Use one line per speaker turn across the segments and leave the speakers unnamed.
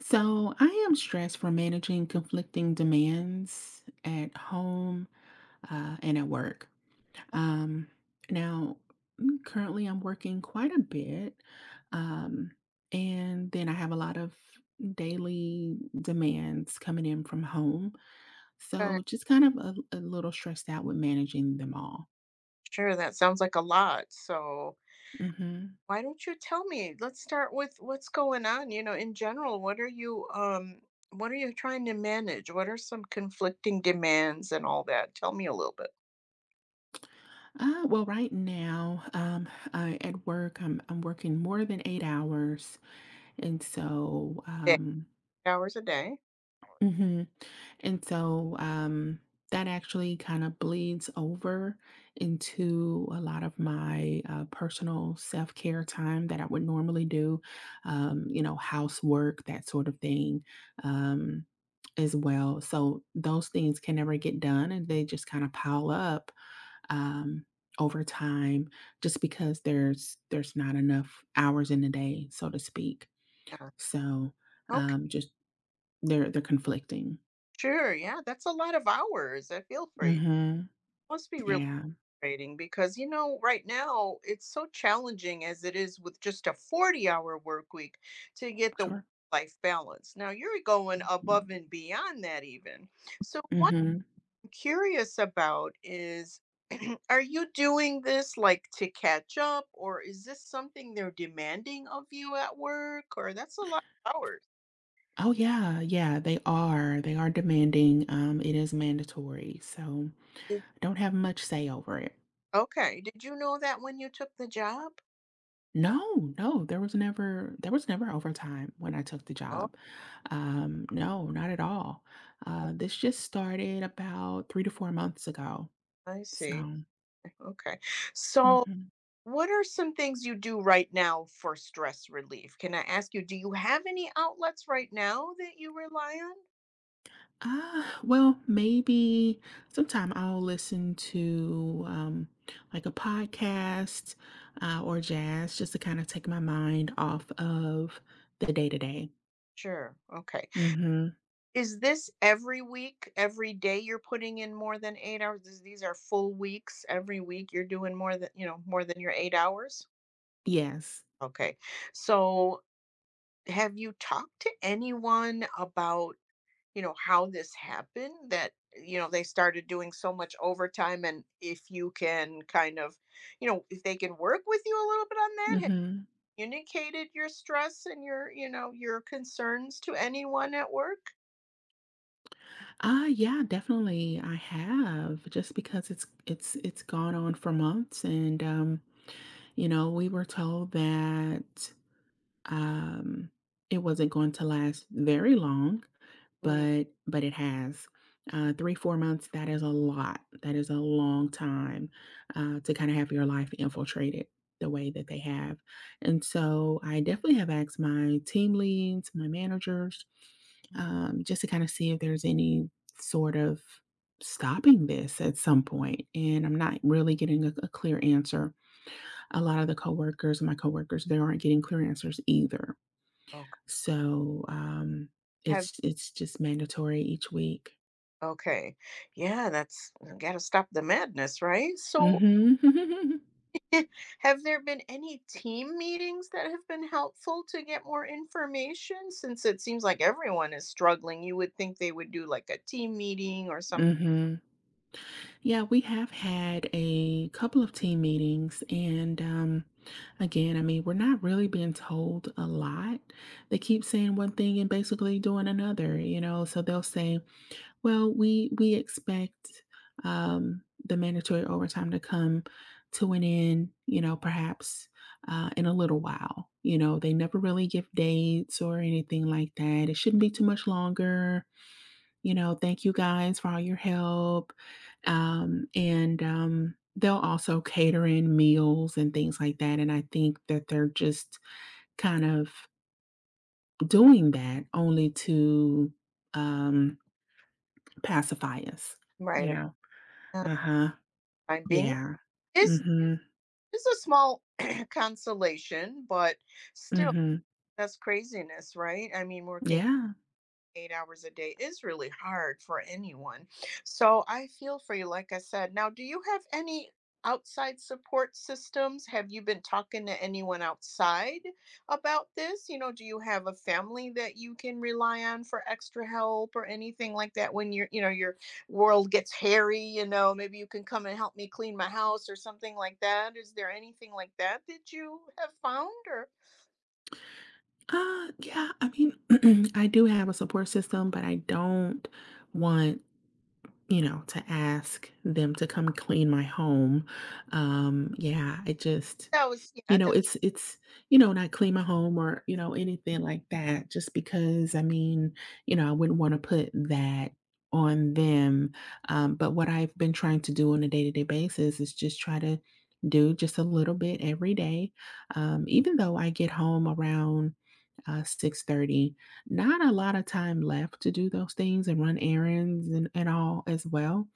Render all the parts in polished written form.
So I am stressed from managing conflicting demands at home and at work. Um, now, Currently, I'm working quite a bit, um, and then I have a lot of daily demands coming in from home.
Uh,
So just kind of a little stressed out with managing them all.
Sure, that sounds like a lot. So
hmm
why don't you tell me? Let's start with what's going on, you know, in general. What are you trying to manage? What are some conflicting demands and all that? Tell me a little bit.
Right now, at work, I'm working more than 8 hours, and
Yeah, hours a day.
hmm And so um, that actually kind of bleeds over into a lot of my personal self care time that I would normally do, you know, housework, that sort of thing. Um, as well. So those things can never get done and they just kind of pile up um, over time just because there's not enough hours in the day, so to speak.
Yeah.
So
Okay.
just They're conflicting.
Sure. Yeah, that's a lot of hours. I feel for you.
Mhm.
Must be really
Yeah.
frustrating because you know right now it's so challenging as it is with just a 40-hour work week to get the
Sure.
life balance now you're going
Mhm.
above and beyond that even. So what
Mhm.
I'm curious about is are you doing this like to catch up or is this something they're demanding of you at work, or that's a lot of hours?
Oh, yeah, yeah, they are. They are demanding, it is mandatory, so
Did-
I don't have much say over it.
okay, did you know that when you took the job?
No, no, there was never overtime when I took the
Oh,
job. No, not at all. This just started about 3 to 4 months ago,
I see.
so.
Okay. So
Mhm.
what are some things you do right now for stress relief? Can I ask you, do you have any outlets right now that you rely on?
Maybe sometime I'll listen to like a podcast or jazz just to kind of take my mind off of the day to day.
Sure. Okay.
Mm-hmm.
Is this every week, every day you're putting in more than 8 hours? These are full weeks. Every week you're doing more than, you know, more than your 8 hours?
Yes.
Okay. So have you talked to anyone about, you know, how this happened, that, you know, they started doing so much overtime, and if you can kind of, you know, if they can work with you a little bit on that, have
Mm-hmm.
you communicated your stress and your, you know, your concerns to anyone at work?
Yeah, definitely I have just because it's gone on for months and you know, we were told that Um, it wasn't going to last very long,
Mm.
but it has. 3, 4 months, that is a lot. That is a long time to kind of have your life infiltrated the way that they have. And so I definitely have asked my team leads, my managers,
Mm.
just to kind of see if there's any sort of stopping this at some point. And I'm not really getting a clear answer. A lot of the coworkers, my coworkers, they aren't getting clear answers either.
Okay.
So,
Have
it's just mandatory each week.
Okay. Yeah, that's got to stop the madness, right? So
Mm Mhm. mm
have there been any team meetings that have been helpful to get more information? Since it seems like everyone is struggling, you would think they would do like a team meeting or something.
Mhm. Yeah, we have had a couple of team meetings, and, again, I mean, we're not really being told a lot. They keep saying one thing and basically doing another, you know? So they'll say, well, we expect, the mandatory overtime to come to an end, you know, perhaps, in a little while. You know, they never really give dates or anything like that. It shouldn't be too much longer. You know, thank you guys for all your help. And, they'll also cater in meals and things like that, and I think that they're just kind of doing that only to, um, pacify us,
Right.
you know?
Uh,
Uh-huh.
I'm being
Yeah.
is
Mhm.
is a small consolation, but still
Mhm.
that's craziness, right? I mean, working
Yeah.
8 hours a day is really hard for anyone. So I feel for you, like I said. Now, do you have any outside support systems? Have you been talking to anyone outside about this? You know, do you have a family that you can rely on for extra help or anything like that when your, you know, your world gets hairy? You know, maybe you can come and help me clean my house or something like that. Is there anything like that that you have found or
Yeah, I mean, I do have a support system, but I don't want, you know, to ask them to come clean my home. Yeah, I just
that was, yeah,
You
that's
know, it's you know, and I clean my home or, you know, anything like that just because, I mean, you know, I wouldn't wanna put that on them, but what I've been trying to do on a day-to-day basis is just try to do just a little bit every day, even though I get home around, 6:30, not a lot of time left to do those things and run errands and all as well.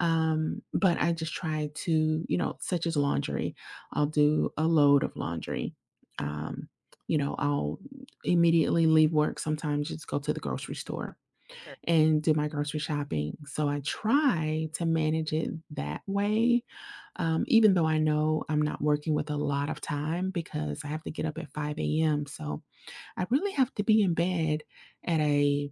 But I just try to, you know, such as laundry, I'll do a load of laundry. Um, you know, I'll immediately leave work, sometimes just go to the grocery store
sure,
and do my grocery shopping. So I try to manage it that way, even though I know I'm not working with a lot of time because I have to get up at 5 a.m. So I really have to be in bed at a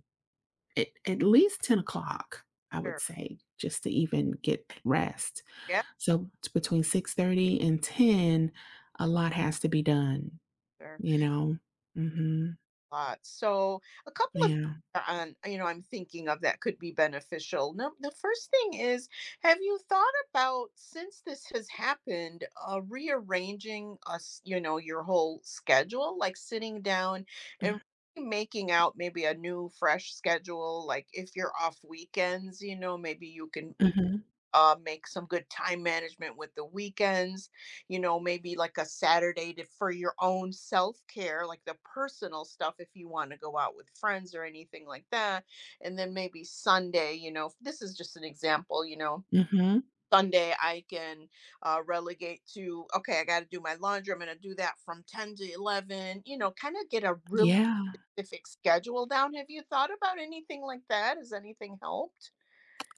at, at least 10 o'clock, I would
sure.
say, just to even get rest,
Yeah,
so it's between 6:30 and 10 a lot has to be done,
sure.
you know. hmm
Lot. So a couple of things
yeah.
are on, you know, I'm thinking of that could be beneficial. No, the first thing is, have you thought about, since this has happened, rearranging us, you know, your whole schedule, like sitting down and really making out maybe a new fresh schedule? Like if you're off weekends, you know, maybe you can
Mm-hmm.
make some good time management with the weekends. You know, maybe like a Saturday to, for your own self care, like the personal stuff if you want to go out with friends or anything like that. And then maybe Sunday, you know, this is just an example, you know.
Mm-hmm.
Sunday, I can relegate to, okay, I got to do my laundry. I'm going to do that from 10 to 11, you know, kind of get a really
Yeah,
specific schedule down. Have you thought about anything like that? Has anything helped?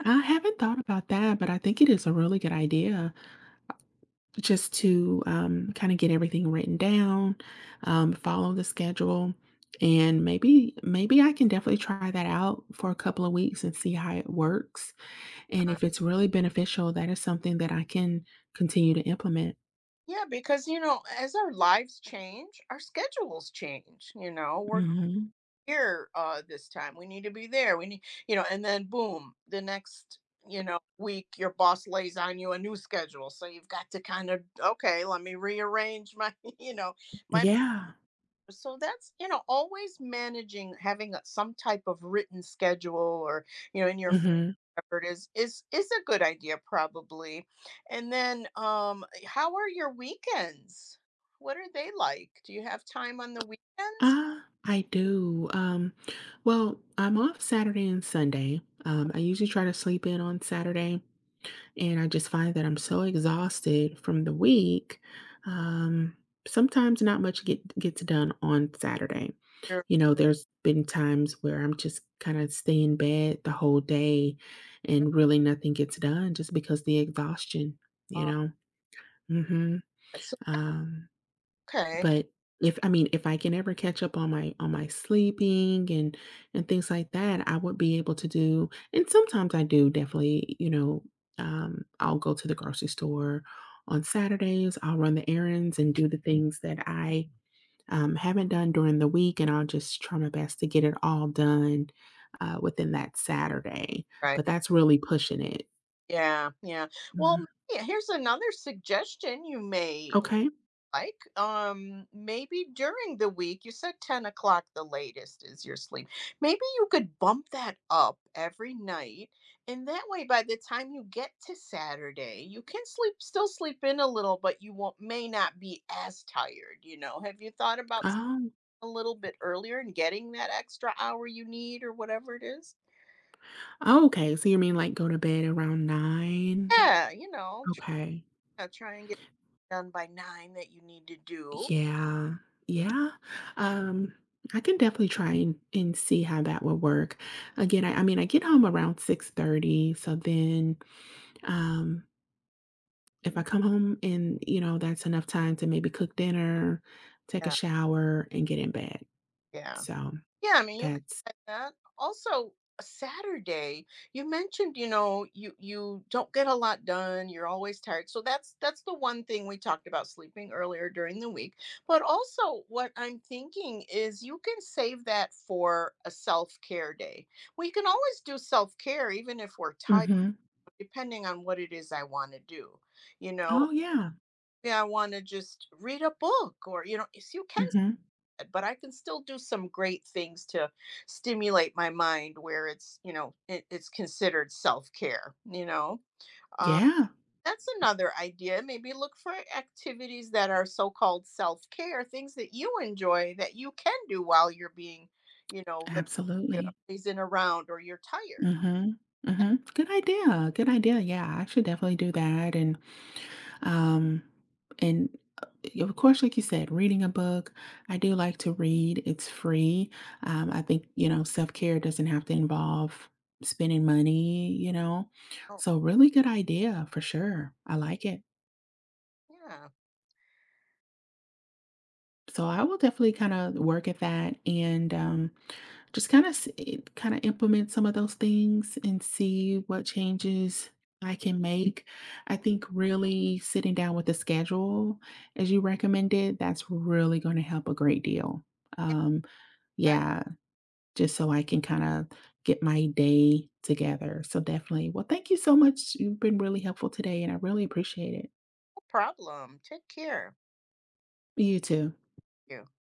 I haven't thought about that, but I think it is a really good idea just to kind of get everything written down, follow the schedule, and maybe I can definitely try that out for a couple of weeks and see how it works. And if it's really beneficial, that is something that I can continue to implement.
Yeah, because you know, as our lives change, our schedules change. You know, we're
Mhm.
here this time. We need to be there. We need, you know, and then boom, the next, you know, week your boss lays on you a new schedule. So you've got to kind of, okay, let me rearrange my, you know, my.
Yeah.
So that's, you know, always managing, having some type of written schedule, or you know, in your phone,
Mhm.
whatever it is, is a good idea probably. And then how are your weekends? What are they like? Do you have time on the weekends?
Ah, I do. Well, I'm off Saturday and Sunday. I usually try to sleep in on Saturday. And I just find that I'm so exhausted from the week. Um, sometimes not much gets done on Saturday.
Sure.
You know, there's been times where I'm just kind of stay in bed the whole day and really nothing gets done just because the exhaustion, you
Uh,
know. Mhm.
that's
Um
okay.
but if, I mean, if I can ever catch up on my sleeping and things like that, I would be able to do, and sometimes I do definitely, you know, I'll go to the grocery store on Saturdays, I'll run the errands and do the things that I haven't done during the week, and I'll just try my best to get it all done within that Saturday.
Right.
But that's really pushing it.
Yeah, yeah. Well,
Mhm.
maybe here's another suggestion you may
Okay.
like. Maybe during the week, you said 10 o'clock the latest is your sleep. Maybe you could bump that up every night, and that way by the time you get to Saturday, you can sleep, still sleep in a little, but you won't, may not be as tired. You know, have you thought about
Um,
a little bit earlier and getting that extra hour you need or whatever it is?
Oh, okay. So you mean like go to bed around nine?
Yeah, you know,
Okay.
try, try and get it done by 9 that you need to do.
Yeah. Yeah. Um, I can definitely try and see how that would work. Again, I mean, I get home around 6:30, so then um if I come home and, you know, that's enough time to maybe cook dinner, take a
Yeah.
shower and get in bed.
Yeah.
So,
Yeah, I mean, you could
that's
add that. Also, a Saturday, you mentioned, you know, you don't get a lot done, you're always tired. So that's the one thing we talked about, sleeping earlier during the week. But also what I'm thinking is you can save that for a self-care day. We can always do self-care even if we're tired,
Mhm.
depending on what it is I want to do. You know,
Oh, yeah.
yeah, I want to just read a book, or you know, so you can
Mhm.
but I can still do some great things to stimulate my mind where it's, you know, it, it's considered self care, you know. Um,
Yeah,
that's another idea. Maybe look for activities that are so-called self-care, things that you enjoy that you can do while you're being, you know, you know,
absolutely.
lazing around or you're tired.
Mhm.
That-
Mhm. Good idea. Good idea. Yeah, I should definitely do that and Um, and of course, like you said, reading a book, I do like to read. It's free. I think, you know, self care doesn't have to involve spending money, you know.
Oh,
So, really good idea for sure. I like it.
yeah.
So, I will definitely kind of work at that. And, just kind of implement some of those things and see what changes I can make. I think really sitting down with the schedule as you recommended, that's really going to help a great deal.
Yeah.
Um,
Right.
yeah, just so I can kind of get my day together. So definitely. Well, thank you so much. You've been really helpful today and I really appreciate it.
No problem. Take care.
You too.
You.